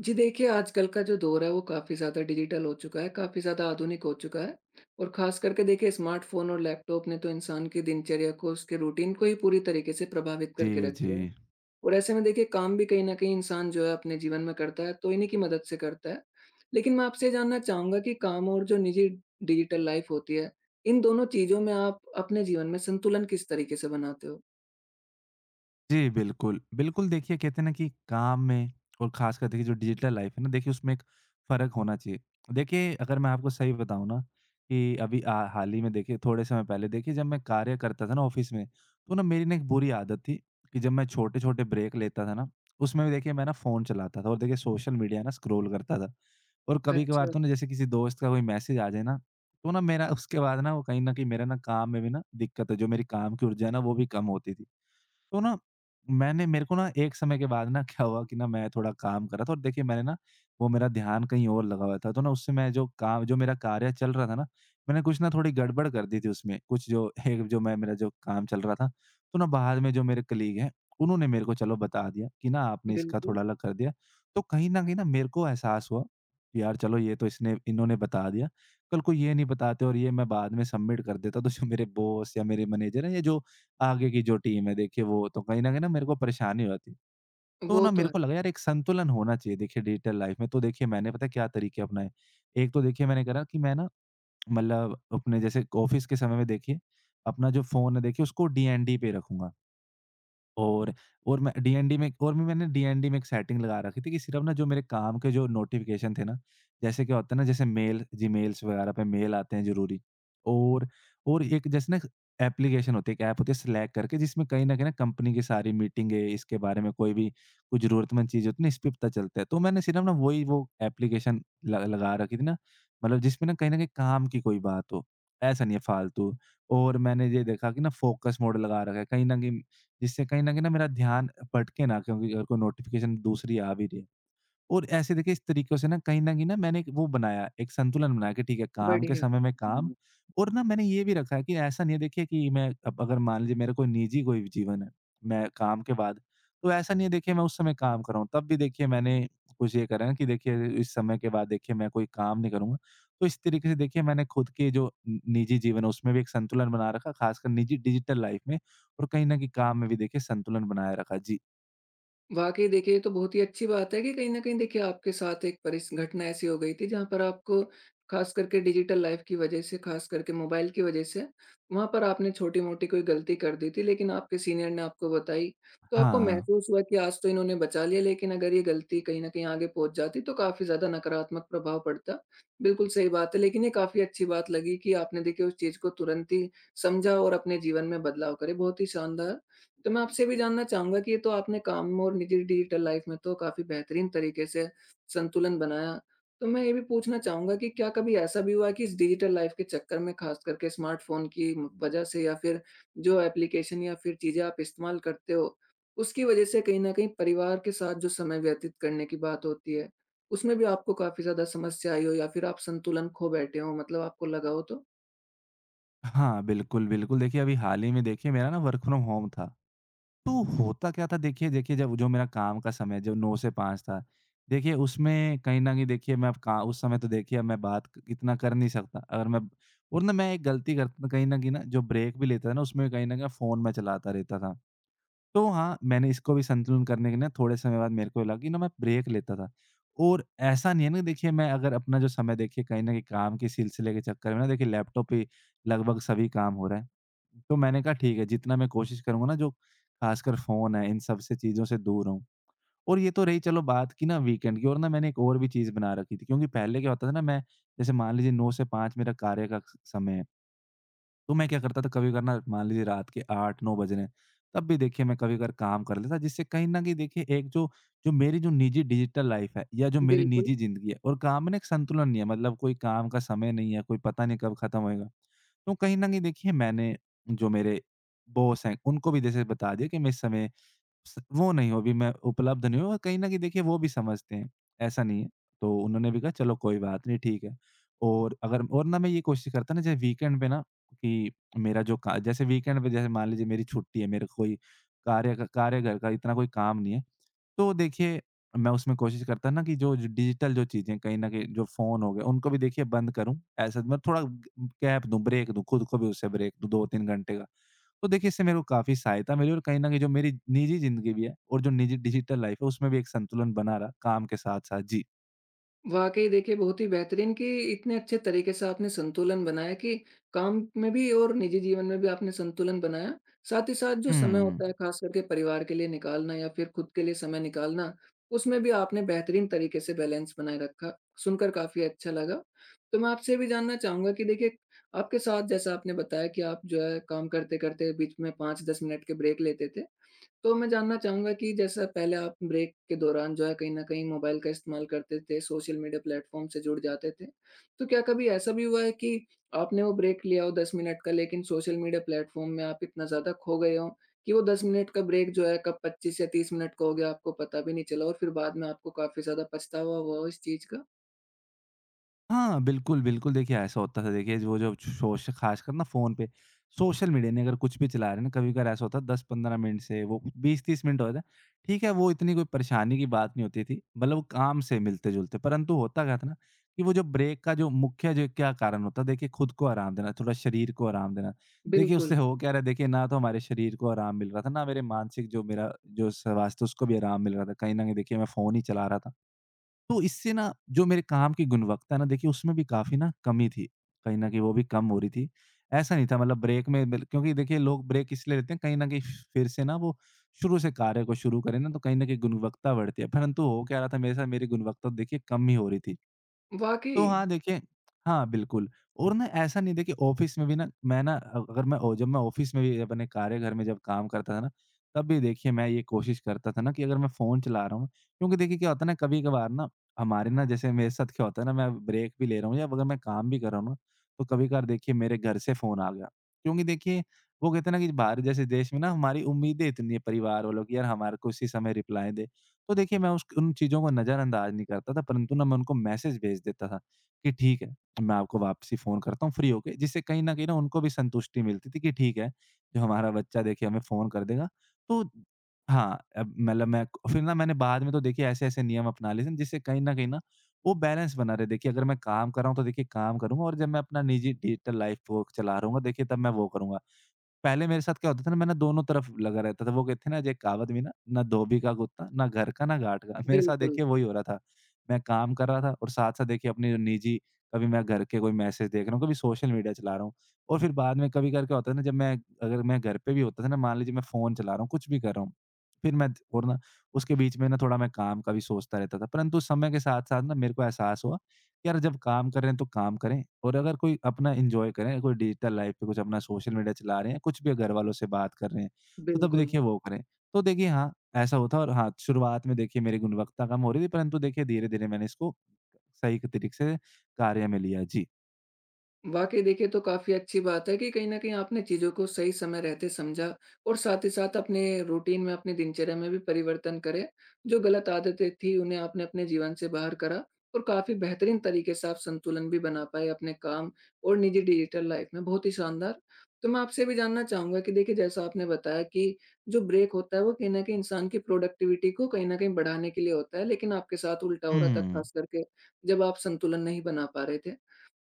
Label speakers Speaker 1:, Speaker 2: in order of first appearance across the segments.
Speaker 1: जी देखिए, आजकल का जो दौर है वो काफ़ी ज़्यादा डिजिटल हो चुका है, काफ़ी ज़्यादा आधुनिक हो चुका है और ख़ास करके देखिए स्मार्टफ़ोन और लैपटॉप ने तो इंसान की दिनचर्या को, उसके रूटीन को ही पूरी तरीके से प्रभावित करके
Speaker 2: जी,
Speaker 1: रख
Speaker 2: जी।
Speaker 1: दिया है। और ऐसे में देखिए काम भी कहीं न कहीं इंसान जो है अपने जीवन में करता है, तो इन्हीं की मदद से करता है। लेकिन मैं आपसे ये जानना चाहूँगा कि काम और जो निजी डिजिटल लाइफ़ होती है, इन दोनों चीज़ों में आप अपने जीवन में संतुलन किस तरीके से बनाते हो?
Speaker 2: जी, बिल्कुल। बिल्कुल, देखिए कहते हैं ना कि काम में और ख़ासकर देखिए जो डिजिटल लाइफ़ है ना, देखिए उसमें एक फ़र्क होना चाहिए। देखिए, अगर मैं आपको सही बताऊँ ना कि अभी हाल ही में देखिए थोड़े समय पहले देखिए जब मैं कार्य करता था ना ऑफ़िस में, तो ना मेरी ना एक बुरी आदत थी कि जब मैं छोटे-छोटे ब्रेक लेता था ना, उसमें भी देखिए मैं ना फ़ोन चलाता था और देखिए सोशल मीडिया ना स्क्रॉल करता था। और कभी-कभार
Speaker 1: अच्छा,
Speaker 2: तो ना जैसे किसी दोस्त का कोई मैसेज आ जाए ना, तो ना मेरा उसके बाद ना वो कहीं न कहीं मेरा ना काम में भी ना दिक्कत है, जो मेरी काम की ऊर्जा है ना वो भी कम होती थी। तो ना मैंने मेरे को ना एक समय के बाद ना क्या हुआ कि ना मैं थोड़ा काम कर रहा था और देखिए मैंने ना वो मेरा ध्यान कहीं और लगा हुआ था तो ना उससे मैं जो काम जो मेरा कार्य चल रहा था ना मैंने कुछ ना थोड़ी गड़बड़ कर दी थी उसमें, कुछ जो एक जो मैं मेरा जो काम चल रहा था। तो ना बाद में जो मेरे कलीग हैं उन्होंने मेरे को चलो बता दिया कि ना आपने इसका
Speaker 1: बिल्कुल।
Speaker 2: थोड़ा अलग कर दिया। तो कहीं ना मेरे को एहसास हुआ कि यार चलो ये तो इसने इन्होंने बता दिया। कल को ये नहीं बताते और ये मैं बाद में सबमिट कर देता तो जो मेरे बॉस या मेरे मैनेजर हैं या जो आगे की जो टीम है, देखिए वो तो कहीं न कहीं ना मेरे को परेशानी हो जाती है। तो
Speaker 1: वो
Speaker 2: ना
Speaker 1: तो
Speaker 2: मेरे
Speaker 1: है।
Speaker 2: को लगा यार एक संतुलन होना चाहिए देखिए डिजिटल लाइफ़ में। तो देखिए मैंने पता है क्या तरीके अपनाए। एक तो देखिए मैंने करा कि मैं ना मतलब अपने जैसे ऑफ़िस के समय में देखिए अपना जो फ़ोन है देखिए उसको डीएनडी पे रखूँगा। और और मैं डीएनडी में, और भी मैंने डीएनडी में एक सेटिंग लगा रखी थी कि सिर्फ़ ना जो मेरे काम के जो नोटिफ़िकेशन थे ना, जैसे क्या होता है ना, जैसे मेल जीमेल्स वगैरह पे मेल आते हैं ज़रूरी। और और एक जैसे ना एप्लीकेशन होती है, एक ऐप होती है स्लैक करके, जिसमें कहीं न कहीं ना कंपनी की सारी मीटिंगें, इसके बारे में कोई भी कोई ज़रूरतमंद चीज़ होती है ना, इस पे पता चलता है। तो मैंने सिर्फ़ ना वही वो एप्लीकेशन ल लगा रखी थी ना, मतलब जिसमें ना कहीं न कहीं काम की कोई बात हो, ऐसा नहीं है फालतू। और मैंने ये देखा कि ना फ़ोकस मोड लगा रखा है, कहीं न कहीं जिससे कहीं न कहीं ना मेरा ध्यान भटके ना, क्योंकि अगर कोई नोटिफ़िकेशन दूसरी आ भी रही है। और ऐसे देखिए इस तरीकों से ना कहीं न कहीं ना मैंने एक वो बनाया, एक संतुलन बना के, ठीक है काम के
Speaker 1: बढ़िया।
Speaker 2: समय में काम। और ना मैंने ये भी रखा है कि ऐसा नहीं है देखिए कि मैं, अब अगर मान लीजिए मेरा कोई निजी कोई भी जीवन है, मैं काम के बाद, तो ऐसा नहीं है देखिए मैं उस समय काम कर रहा हूँ। तब भी देखिए मैंने कुछ ये करा है कि देखिए इस समय के बाद देखिए मैं कोई काम नहीं करूँगा। तो इस तरीके से देखिए मैंने खुद के जो नि निजी जीवन है उसमें भी एक संतुलन बना रखा, खासकर निजी डिजिटल लाइफ़ में, और कहीं न कहीं काम में भी देखिए संतुलन बनाए रखा। जी।
Speaker 1: वाक़ई देखिए, ये तो बहुत ही अच्छी बात है कि कहीं न कहीं देखिए आपके साथ एक परिस घटना ऐसी हो गई थी जहाँ पर आपको ख़ास करके डिजिटल लाइफ़ की वज़ह से, ख़ास करके मोबाइल की वज़ह से, वहाँ पर आपने छोटी-मोटी कोई गलती कर दी थी लेकिन आपके सीनियर ने आपको बताई। तो आपको
Speaker 2: हाँ।
Speaker 1: महसूस हुआ कि आज तो इन्होंने बचा लिया, लेकिन अगर ये गलती कहीं न कहीं आगे पहुँच जाती तो काफ़ी ज़्यादा नकारात्मक प्रभाव पड़ता। बिल्कुल सही बात है, लेकिन ये काफ़ी अच्छी बात लगी कि आपने देखिए उस चीज़ को तुरंत ही समझा और अपने जीवन में बदलाव करे, बहुत ही शानदार। तो मैं आपसे भी जानना चाहूँगा कि ये तो आपने काम और निजी डिजिटल लाइफ में तो काफ़ी बेहतरीन तरीके से संतुलन बनाया। तो मैं ये भी पूछना चाहूँगा कि क्या कभी ऐसा भी हुआ है कि इस डिजिटल लाइफ के चक्कर में ख़ास करके स्मार्टफ़ोन की वज़ह से, या फिर जो एप्लीकेशन या फिर चीज़ें आप इस्तेमाल करते हो, उसकी वज़ह से कहीं न कहीं परिवार के साथ जो समय व्यतीत करने की बात होती है, उसमें भी आपको काफ़ी ज़्यादा समस्या आई हो या फिर आप संतुलन खो बैठे हों, मतलब आपको लगा हो तो?
Speaker 2: हाँ, बिल्कुल, बिल्कुल। देखिए, अभी हाल ही में देखिए मेरा ना वर्क फ्रॉम होम था, तो होता क्या था देखिए, जब जो मेरा काम का समय जो 9 से 5 था, देखिए उसमें कहीं न कहीं देखिए मैं अब का उस समय तो देखिए अब मैं बात क इतना कर नहीं सकता। अगर मैं और ना मैं एक गलती करता कहीं न कहीं ना, जो ब्रेक भी लेता था ना उसमें कहीं न कहीं फ़ोन मैं चलाता रहता था। तो हाँ, मैंने इसको भी संतुलन करने के ना थोड़े समय बाद मेरे को लगा कि ना मैं ब्रेक लेता था, और ऐसा नहीं है ना देखिए, मैं अगर अपना जो समय देखिए कहीं न कहीं काम के सिलसिले के चक्कर में ना, देखिए लैपटॉप पे लगभग सभी काम हो रहा है। तो मैंने कहा ठीक है, जितना मैं कोशिश करूँगा ना जो ख़ासकर फ़ोन है इन सब से चीज़ों से दूर रहूँ। और ये तो रही चलो बात की ना वीकेंड की। और ना मैंने एक और भी चीज़ बना रखी थी, क्योंकि पहले क्या होता था ना, मैं जैसे मान लीजिए 9 से 5 मेरा कार्य का समय है। तो मैं क्या करता था, कभी कभार ना मान लीजिए रात के 8-9 बज रहे हैं, तब भी देखिए मैं कभी कभार काम कर लेता, जिससे कहीं न कहीं देखिए एक जो जो मेरी जो निजी डिजिटल लाइफ़ है या जो मेरी निजी
Speaker 1: बिल्कुल।
Speaker 2: ज़िंदगी है और काम में ना एक संतुलन नहीं है, मतलब कोई काम का समय नहीं है, कोई पता नहीं कब खत्म होएगा। तो कहीं न कहीं देखिए मैंने जो मेरे बॉस हैं, उनको भी जैसे बता दिया कि मैं इस समय स वो नहीं हूँ, अभी मैं उपलब्ध नहीं हूँ, और कहीं न कहीं देखिए वो भी समझते हैं, ऐसा नहीं है। तो उन्होंने भी कहा चलो कोई बात नहीं, ठीक है। और अगर, और ना मैं ये कोशिश करता ना जैसे वीकेंड पे ना कि मेरा जो का जैसे वीकेंड पे जैसे मान लीजिए मेरी छुट्टी है, मेरे कोई कार्य का कार्यघर का इतना कोई काम नहीं है, तो देखिए मैं उसमें कोशिश करता ना कि जो जो डिजिटल जो चीज़ें कहीं न कहीं जो फ़ोन हो गए, उनको भी देखिए बंद करूँ। ऐसा मैं थोड़ा ग गैप दूँ, ब्रेक दूँ, खुद को भी उससे ब्रेक दूँ 2-3 घंटे का। तो देखिए इससे मेरे को काफ़ी सहायता मिली, और कहीं न कहीं जो मेरी निजी ज़िंदगी भी है और जो निजी डिजिटल लाइफ़ है उसमें भी एक संतुलन बना रहा काम के साथ-साथ। जी।
Speaker 1: वाक़ई देखिए बहुत ही बेहतरीन कि इतने अच्छे तरीके से आपने संतुलन बनाया कि काम में भी और निजी जीवन में भी आपने संतुलन बनाया। साथ ही साथ जो समय
Speaker 2: हुँ।
Speaker 1: होता है ख़ास करके परिवार के लिए निकालना या फिर खुद के लिए समय निकालना, उसमें भी आपने बेहतरीन तरीके से बैलेंस बनाए रखा। सुनकर काफ़ी अच्छा लगा। तो मैं आपसे ये भी जानना चाहूँगा कि देखिए आपके साथ जैसा आपने बताया कि आप जो है काम करते-करते बीच में 5-10 मिनट के ब्रेक लेते थे। तो मैं जानना चाहूँगा कि जैसा पहले आप ब्रेक के दौरान जो है, कहीं न कहीं मोबाइल का इस्तेमाल करते थे, सोशल मीडिया प्लेटफ़ॉर्म से जुड़ जाते थे। तो क्या कभी ऐसा भी हुआ है कि आपने वो ब्रेक लिया हो 10 मिनट का, लेकिन सोशल मीडिया प्लेटफ़ॉर्म में आप इतना ज़्यादा खो गए हों कि वो 10 मिनट का ब्रेक जो है कब 25 या 30 मिनट का हो गया आपको पता भी नहीं चला, और फिर बाद में आपको काफ़ी ज़्यादा पछतावा हुआ हो इस चीज़ का?
Speaker 2: हाँ, बिल्कुल, बिल्कुल। देखिए, ऐसा होता था देखिए, वो जो सोश ख़ासकर ना फ़ोन पे, सोशल मीडिया ने अगर कुछ भी चला रहे हैं ना, कभी-कभार ऐसा होता है 10-15 मिनट से वो 20-30 मिनट हो जाता है। ठीक है, वो इतनी कोई परेशानी की बात नहीं होती थी, मतलब वो काम से मिलते-जुलते। परंतु होता क्या था ना, कि वो जो ब्रेक का जो मुख्य जो क्या कारण होता है, देखिए खुद को आराम देना, थोड़ा शरीर को आराम देना। देखिए
Speaker 1: बिल्कुल।
Speaker 2: उससे हो क्या रहा है, देखिए ना तो हमारे शरीर को आराम मिल रहा था, ना मेरे मानसिक जो मेरा जो स्वास्थ्य उसको भी आराम मिल रहा था। कहीं न कहीं देखिए मैं फ़ोन ही चला रहा था। तो इससे ना जो मेरे काम की गुणवत्ता है ना देखिए उसमें भी काफ़ी ना कमी थी। कहीं न कहीं वो भी कम हो रही थी। ऐसा नहीं था मतलब ब्रेक में बिल क्योंकि देखिए लोग ब्रेक इसलिए लेते हैं, कहीं न कहीं फिर से ना वो शुरू से कार्य को शुरू करें ना, तो कहीं न कहीं गुणवत्ता बढ़ती है। परंतु हो क्या रहा था मेरे साथ, मेरी गुणवत्ता तो देखिए कम ही हो रही थी। तो
Speaker 1: वाक़ई!
Speaker 2: हाँ, देखिए। हाँ, बिल्कुल। और ना ऐसा नहीं देखिए, ऑफ़िस में भी ना मैं ना अगर मैं ओ जब मैं ऑफ़िस में भी अपने कार्यघर में जब काम करता था ना, तब भी देखिए मैं ये कोशिश करता था ना कि अगर मैं फ़ोन चला रहा हूँ, क्योंकि देखिए क्या होता है ना कभी-कभार ना हमारे ना जैसे मेरे साथ क्या होता है ना, मैं ब्रेक भी ले रहा हूँ या अगर मैं काम भी कर रहा हूँ ना, तो कभी-कभार देखिए मेरे घर से फ़ोन आ गया। क्योंकि देखिए वो कहते हैं ना कि बाहर जैसे देश में ना हमारी उम्मीदें इतनी हैं परिवार वालों की, यार हमारे को इसी समय रिप्लाई दें। तो देखिए मैं उस उन चीज़ों को नज़रअंदाज़ नहीं करता था, परंतु ना मैं उनको मैसेज भेज देता था। कि ठीक है, मैं आपको वापसी फ़ोन करता हूँ फ्री होके। जिससे कहीं न कहीं ना उनको भी संतुष्टि मिलती थी कि ठीक है, जो हमारा बच्चा देखिए हमें फ़ोन कर देगा। तो हाँ, अब मतलब मैं, फिर ना मैंने बाद में तो देखिए ऐसे-ऐसे नियम अपना लिए थे जिससे कहीं न कहीं ना वो बैलेंस बना रहे। देखिए अगर मैं काम कर रहा हूँ तो देखिए काम करूँगा, और जब मैं अपना निजी डिजिटल लाइफ़ वो चला रहा हूँगा देखिए तब मैं वो करूँगा। पहले मेरे साथ क्या होता था ना, मैं ना दोनों तरफ लगा रहता था। वो कहते हैं ना जो एक कहावत भी ना, ना धोबी का कुत्ता, ना घर का, ना घाट का। मेरे साथ
Speaker 1: बिल्कुल,
Speaker 2: देखिए वही हो रहा था। मैं काम कर रहा था और साथ-साथ देखिए अपनी जो निजी, कभी मैं घर के कोई मैसेज देख रहा हूँ, कभी सोशल मीडिया चला रहा हूँ। और फिर बाद में कभी-कभार क्या होता है ना, जब मैं, अगर मैं घर पे भी होता था ना, मान लीजिए मैं फ़ोन चला रहा हूँ, कुछ भी कर रहा हूँ। फिर मैं और ना उसके बीच में ना थोड़ा मैं काम का भी सोचता रहता था। परंतु समय के साथ-साथ ना मेरे को एहसास हुआ, यार जब काम कर रहे हैं तो काम करें और अगर कोई अपना एंजॉय करें, कोई डिजिटल लाइफ पे कुछ अपना सोशल मीडिया चला रहे हैं, कुछ भी अगर घर वालों से बात कर रहे हैं तो तब
Speaker 1: बिल्कुल।
Speaker 2: देखिए वो करें। तो देखिए हाँ, ऐसा होता है। और हाँ, शुरुआत में देखिए मेरी गुणवत्ता कम हो रही थी, परंतु देखिए धीरे धीरे मैंने इसको सही तरीके से कार्य में लिया जी।
Speaker 1: वाक़ई देखिए, तो काफ़ी अच्छी बात है कि कहीं न कहीं आपने चीज़ों को सही समय रहते समझा और साथ ही साथ अपने रूटीन में, अपनी दिनचर्या में भी परिवर्तन करे। जो गलत आदतें थी, उन्हें आपने अपने जीवन से बाहर करा और काफ़ी बेहतरीन तरीके से आप संतुलन भी बना पाए अपने काम और निजी डिजिटल लाइफ़ में, बहुत ही शानदार। तो मैं आपसे भी जानना चाहूँगा कि देखिए, जैसा आपने बताया कि जो ब्रेक होता है, वो कहीं न कहीं इंसान की प्रोडक्टिविटी को कहीं न कहीं बढ़ाने के लिए होता है, लेकिन आपके साथ उल्टा हो रहा था,
Speaker 2: हम्म।
Speaker 1: ख़ास करके जब आप संतुलन नहीं बना पा रहे थे।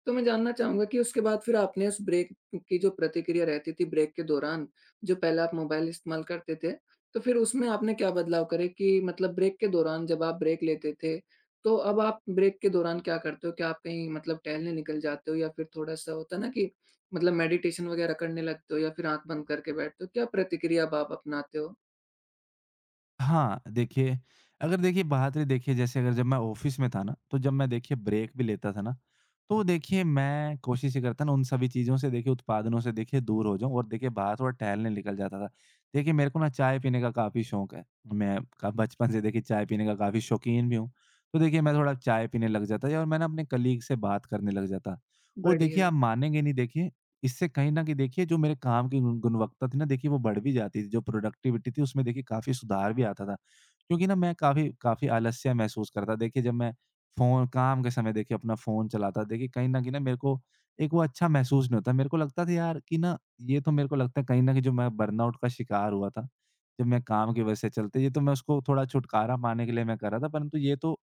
Speaker 1: तो मैं जानना चाहूँगा कि उसके बाद फिर आपने उस ब्रेक की जो प्रतिक्रिया रहती थी ब्रेक के दौरान, जो पहले आप मोबाइल इस्तेमाल करते थे, तो फिर उसमें आपने क्या बदलाव करे कि मतलब ब्रेक के दौरान जब आप ब्रेक लेते थे, तो अब आप ब्रेक के दौरान क्या करते हो? क्या आप कहीं मतलब टहलने निकल जाते हो, या फिर थोड़ा-सा होता है ना कि मतलब मेडिटेशन वगैरह करने लगते हो, या फिर आँख बंद करके बैठते हो? क्या प्रतिक्रिया अब आप अपनाते हो?
Speaker 2: हाँ, देखिए, अगर देखिए बात रही, देखिए जैसे अगर जब मैं ऑफ़िस में था ना, तो जब मैं देखिए ब्रेक भी लेता था ना, तो देखिए मैं कोशिश ये करता ना उन सभी चीज़ों से देखिए उत्पादनों से देखिए दूर हो जाऊँ और देखिए बाहर थोड़ा टहलने निकल जाता था। देखिए मेरे को ना चाय पीने का काफ़ी शौक है। मैं क बचपन से देखिए चाय पीने का काफ़ी शौकीन भी हूँ। तो देखिए मैं थोड़ा चाय पीने लग जाता या और मैं ना अपने कलीग से बात करने लग जाता। और देखिए
Speaker 1: बढ़िया।
Speaker 2: आप मानेंगे नहीं, देखिए इससे कहीं न कहीं देखिए जो मेरे काम की गुणवत्ता थी ना, देखिए वो बढ़ भी जाती थी। जो प्रोडक्टिविटी थी उसमें देखिए काफ़ी सुधार भी आता था। क्योंकि ना मैं काफ़ी काफ़ी आलस्य महसूस करता, देखिए जब मैं फ़ोन काम के समय देखिए अपना फ़ोन चलाता, देखिए कहीं न कहीं ना मेरे को एक वो अच्छा महसूस नहीं होता। मेरे को लगता था यार कि ना, ये तो मेरे को लगता है कहीं न कहीं जो मैं बर्नआउट का शिकार हुआ था, जब मैं काम की वजह से चलते ये तो मैं उसको थोड़ा छुटकारा पाने के लिए मैं कर रहा था, परंतु ये तो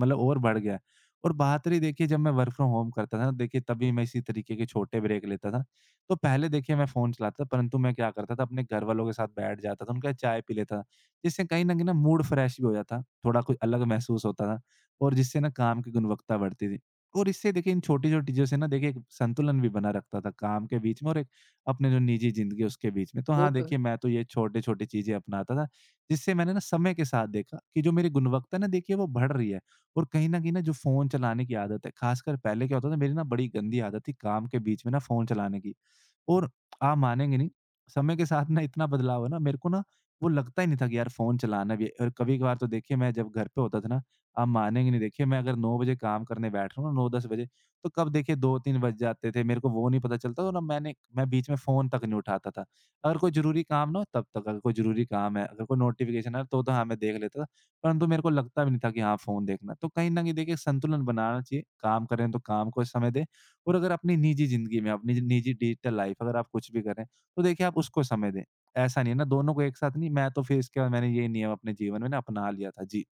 Speaker 2: मतलब और बढ़ गया है। और बात रही देखिए जब मैं वर्क फ्रॉम होम करता था ना, देखिए तभी मैं इसी तरीके के छोटे ब्रेक लेता था। तो पहले देखिए मैं फ़ोन चलाता था, परंतु मैं क्या करता था, अपने घरवालों के साथ बैठ जाता था, उनके साथ चाय पी लेता था। जिससे कहीं न कहीं ना मूड फ्रेश भी हो जाता, थोड़ा कुछ अलग महसूस होता था और जिससे ना काम की गुणवत्ता बढ़ती थी। और इससे देखिए इन छोटी-छोटी चीज़ों से ना देखिए एक संतुलन भी बना रखता था काम के बीच में और एक अपने जो निजी ज़िंदगी है उसके बीच में। तो
Speaker 1: वो
Speaker 2: हाँ,
Speaker 1: तो।
Speaker 2: देखिए मैं तो ये छोटे-छोटे चीज़ें अपनाता था, जिससे मैंने ना समय के साथ देखा कि जो मेरी गुणवत्ता है ना, देखिए वो बढ़ रही है। और कहीं न कहीं ना जो फ़ोन चलाने की आदत है, ख़ासकर पहले क्या होता था, मेरी ना बड़ी गंदी आदत थी काम के बीच में ना फ़ोन चलाने की। और आप मानेंगे नहीं, समय के साथ ना इतना बदलाव है ना, मेरे को ना वो लगता ही नहीं था कि यार फ़ोन चलाना भी है। और कभी-कभार तो देखिए मैं जब घर पे होता था ना, आप मानेंगे नहीं, देखिए मैं अगर 9 बजे काम करने बैठ रहा हूँ ना, 9-10 बजे, तो कब देखिए 2-3 बज जाते थे, मेरे को वो नहीं पता चलता और ना मैंने मैं बीच में फ़ोन तक नहीं उठाता था। अगर कोई ज़रूरी काम ना हो तब तक, अगर कोई ज़रूरी काम है, अगर कोई नोटिफ़िकेशन आया तो हाँ, मैं देख लेता था, परंतु मेरे को लगता भी नहीं था कि हाँ, फ़ोन देखना है। तो कहीं न कहीं देखिए संतुलन बनाना चाहिए, काम कर रहे हैं तो काम को समय दें और अगर अपनी निजी ज़िंदगी में, अपनी निजी डिजिटल लाइफ़ अगर आप कुछ भी करें, तो देखिए आप उसको समय दें। ऐसा नहीं है ना दोनों को एक साथ नहीं, मैं तो फिर इसके बाद मैंने ये नियम अपने जीवन में ना अपना लिया था। जी।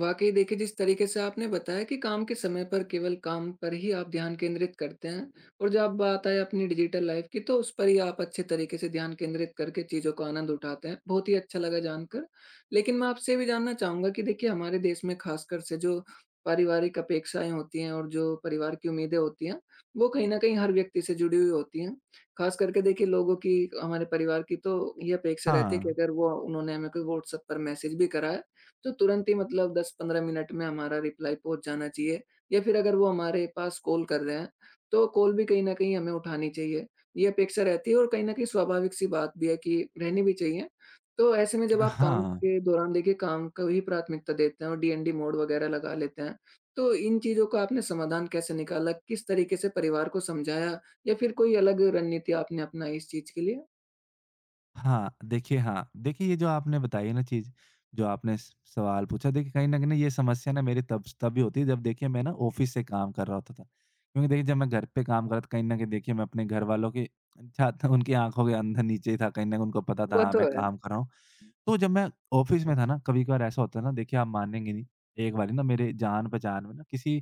Speaker 1: वाक़ई देखिए, जिस तरीके से आपने बताया कि काम के समय पर केवल काम पर ही आप ध्यान केंद्रित करते हैं और जब बात आए अपनी डिजिटल लाइफ़ की तो उस पर ही आप अच्छे तरीके से ध्यान केंद्रित करके चीज़ों का आनंद उठाते हैं। बहुत ही अच्छा लगा जानकर। लेकिन मैं आपसे ये भी जानना चाहूँगा कि देखिए हमारे देश में ख़ासकर से जो पारिवारिक अपेक्षाएँ होती हैं और जो परिवार की उम्मीदें होती हैं, वो कहीं न कहीं हर व्यक्ति से जुड़ी हुई होती हैं। ख़ास करके देखिए लोगों की, हमारे परिवार की तो ये अपेक्षा रहती है कि
Speaker 2: हाँ।
Speaker 1: अगर वो, उन्होंने हमें कोई व्हाट्सएप पर मैसेज भी करा है, तो तुरंत ही मतलब 10-15 मिनट में हमारा रिप्लाई पहुँच जाना चाहिए, या फिर अगर वो हमारे पास कॉल कर रहे हैं, तो कॉल भी कहीं न कहीं हमें उठानी चाहिए। ये अपेक्षा रहती है और कहीं न कहीं स्वाभाविक-सी बात भी है कि रहनी भी चाहिए। तो ऐसे में जब आप काम
Speaker 2: हाँ।
Speaker 1: के दौरान देखिए काम को ही प्राथमिकता देते हैं और डीएनडी मोड वगैरह लगा लेते हैं, तो इन चीज़ों का आपने समाधान कैसे निकाला? किस तरीके से परिवार को समझाया, या फिर कोई अलग रणनीति आपने अपनाई इस चीज़ के लिए?
Speaker 2: हाँ, देखिए ये जो आपने बताई है ना चीज़, जो आपने स सवाल पूछा, देखिए कहीं न कहीं ये समस्या ना मेरी तब स तभी होती है जब देखिए मैं ना ऑफ़िस से काम कर रहा होता था। क्योंकि देखिए जब मैं घर पे काम कर रहा था कहीं न कहीं देखिए मैं अपने घरवालों के साथ उनकी आँखों के अंदर नीचे ही था, कहीं न कहीं उनको पता था
Speaker 1: वो
Speaker 2: हाँ,
Speaker 1: तो
Speaker 2: मैं
Speaker 1: है।
Speaker 2: काम कर रहा हूँ। तो जब मैं ऑफ़िस में था ना, कभी-कभार ऐसा होता है ना, देखिए आप मानेंगे नहीं, एक बारी ना मेरे जान-पहचान में ना किसी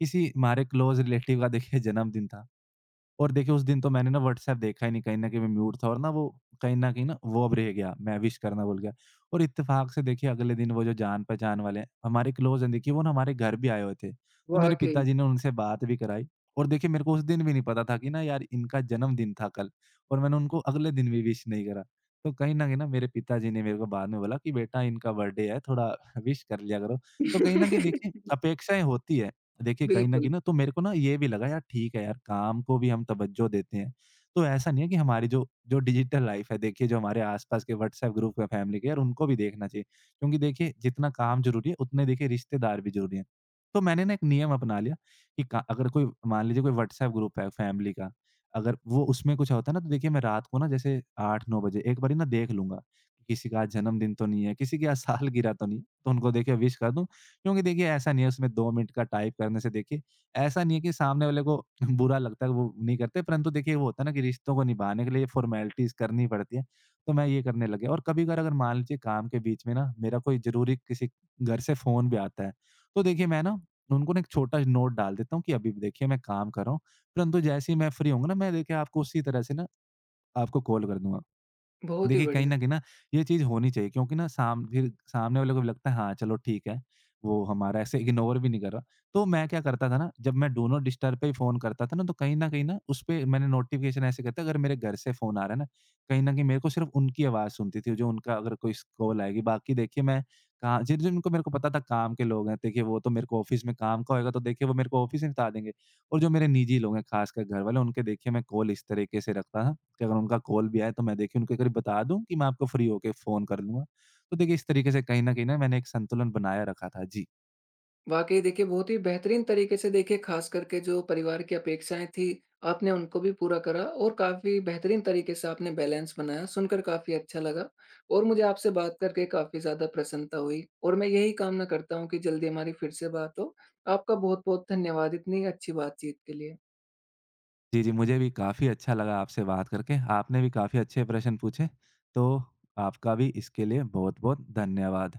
Speaker 2: किसी हमारे क्लोज़ रिलेटिव का देखिए जन्मदिन था। और देखिए उस दिन तो मैंने ना व्हाट्सएप देखा ही नहीं, कहीं न कहीं मैं म्यूट था और ना वो कहीं न कहीं ना वो अब रह गया, मैं विश करना भूल गया। और इत्तेफ़ाक से देखिए अगले दिन वो जो जान-पहचान वाले हैं, हमारे क्लोज़ हैं, देखिए वो ना हमारे घर भी आए हुए थे। तो मेरे
Speaker 1: वाक़ई।
Speaker 2: पिताजी ने उनसे बात भी कराई और देखिए मेरे को उस दिन भी नहीं पता था कि ना यार इनका जन्मदिन था कल और मैंने उनको अगले दिन भी विश नहीं करा। तो कहीं न कहीं ना मेरे पिताजी ने मेरे को बाद में बोला कि बेटा, इनका बर्थडे है, थोड़ा विश कर लिया करो। तो कहीं न कहीं देखिए अपेक्षाएँ होती है। देखिए, कहीं न कहीं
Speaker 1: बिल्कुल।
Speaker 2: ना तो मेरे को ना ये भी लगा यार, ठीक है यार, काम को भी हम तवज्जो देते हैं। तो ऐसा नहीं है कि हमारी जो जो डिजिटल लाइफ़ है देखिए जो हमारे आस-पास के व्हाट्सएप ग्रुप है फैमिली के, यार उनको भी देखना चाहिए। क्योंकि देखिए जितना काम ज़रूरी है उतने देखिए रिश्तेदार भी ज़रूरी हैं। तो मैंने ना एक नियम अपना लिया कि का अगर कोई मान लीजिए कोई व्हाट्सएप ग्रुप है फैमिली का, अगर वो उसमें कुछ होता है ना तो देखिए मैं रात को ना जैसे 8-9 बजे एक बारी ना देख लूँगा, किसी का आज जन्मदिन तो नहीं है, किसी की आज सालगिरह तो नहीं है, तो उनको देखिए विश कर दूँ। क्योंकि देखिए ऐसा नहीं है उसमें 2 मिनट का टाइप करने से देखिए ऐसा नहीं है कि सामने वाले को बुरा लगता है वो नहीं करते, परंतु देखिए वो होता है ना कि रिश्तों को निभाने के लिए फ़ॉर्मेलिटीज़ करनी पड़ती है, तो मैं ये करने लग गया। और कभी-कभार अगर मान लीजिए काम के बीच में ना मेरा कोई ज़रूरी किसी घर से फ़ोन भी आता है, तो देखिए मैं ना उनको ना एक छोटा नोट डाल देता हूँ कि अभी देखिए मैं काम कर रहा हूँ, परंतु जैसे ही मैं फ्री होऊँगा ना मैं देखिए आपको उसी तरह से ना आपको कॉल कर दूँगा।
Speaker 1: बहुत ही
Speaker 2: देखिए, कहीं
Speaker 1: बढ़िया।
Speaker 2: न कहीं ना ये चीज़ होनी चाहिए क्योंकि ना साम फिर सामने वाले को भी लगता है हाँ, चलो ठीक है, वो हमारा ऐसे इग्नोर भी नहीं कर रहा। तो मैं क्या करता था ना, जब मैं डू नॉट डिस्टर्ब पे ही फ़ोन करता था ना, तो कहीं न कहीं ना उसपे मैंने नोटिफ़िकेशन ऐसे करता अगर मेरे घर से फ़ोन आ रहा है ना, कहीं न कहीं मेरे को सिर्फ़ उनकी आवाज़ सुनती थी, जो उनका अगर कोई स कॉल आएगी। बाकी देखिए मैं कहाँ जिनको मेरे को पता था काम के लोग हैं, देखिए वो तो मेरे को ऑफ़िस में काम का होएगा, तो देखिए वो मेरे को ऑफ़िस में बता देंगे। और जो मेरे निजी लोग हैं, ख़ासकर घर वाले, उनके देखिए मैं कॉल इस तरीके से रखता था कि अगर उनका कॉल भी आए तो मैं देखिए उनको एक बारी बता दूँ कि मैं आपको फ्री होके फ़ोन कर लूँगा। तो देखिए इस तरीके से कहीं न कहीं ना मैंने एक संतुलन बनाया रखा था। जी।
Speaker 1: वाक़ई देखिए, बहुत ही बेहतरीन तरीके से देखिए ख़ास करके जो परिवार की अपेक्षाएँ थी, आपने उनको भी पूरा करा और काफ़ी बेहतरीन तरीके से आपने बैलेंस बनाया, सुनकर काफ़ी अच्छा लगा और मुझे आपसे बात करके काफ़ी ज़्यादा प्रसन्नता हुई और मैं यही कामना करता हूँ कि जल्दी हमारी फिर से बात हो। आपका बहुत-बहुत धन्यवाद इतनी अच्छी बातचीत के लिए।
Speaker 2: जी, जी, मुझे भी काफ़ी अच्छा लगा आपसे बात करके। आपने भी काफ़ी अच्छे प्रश्न पूछे, तो आपका भी इसके लिए बहुत-बहुत धन्यवाद।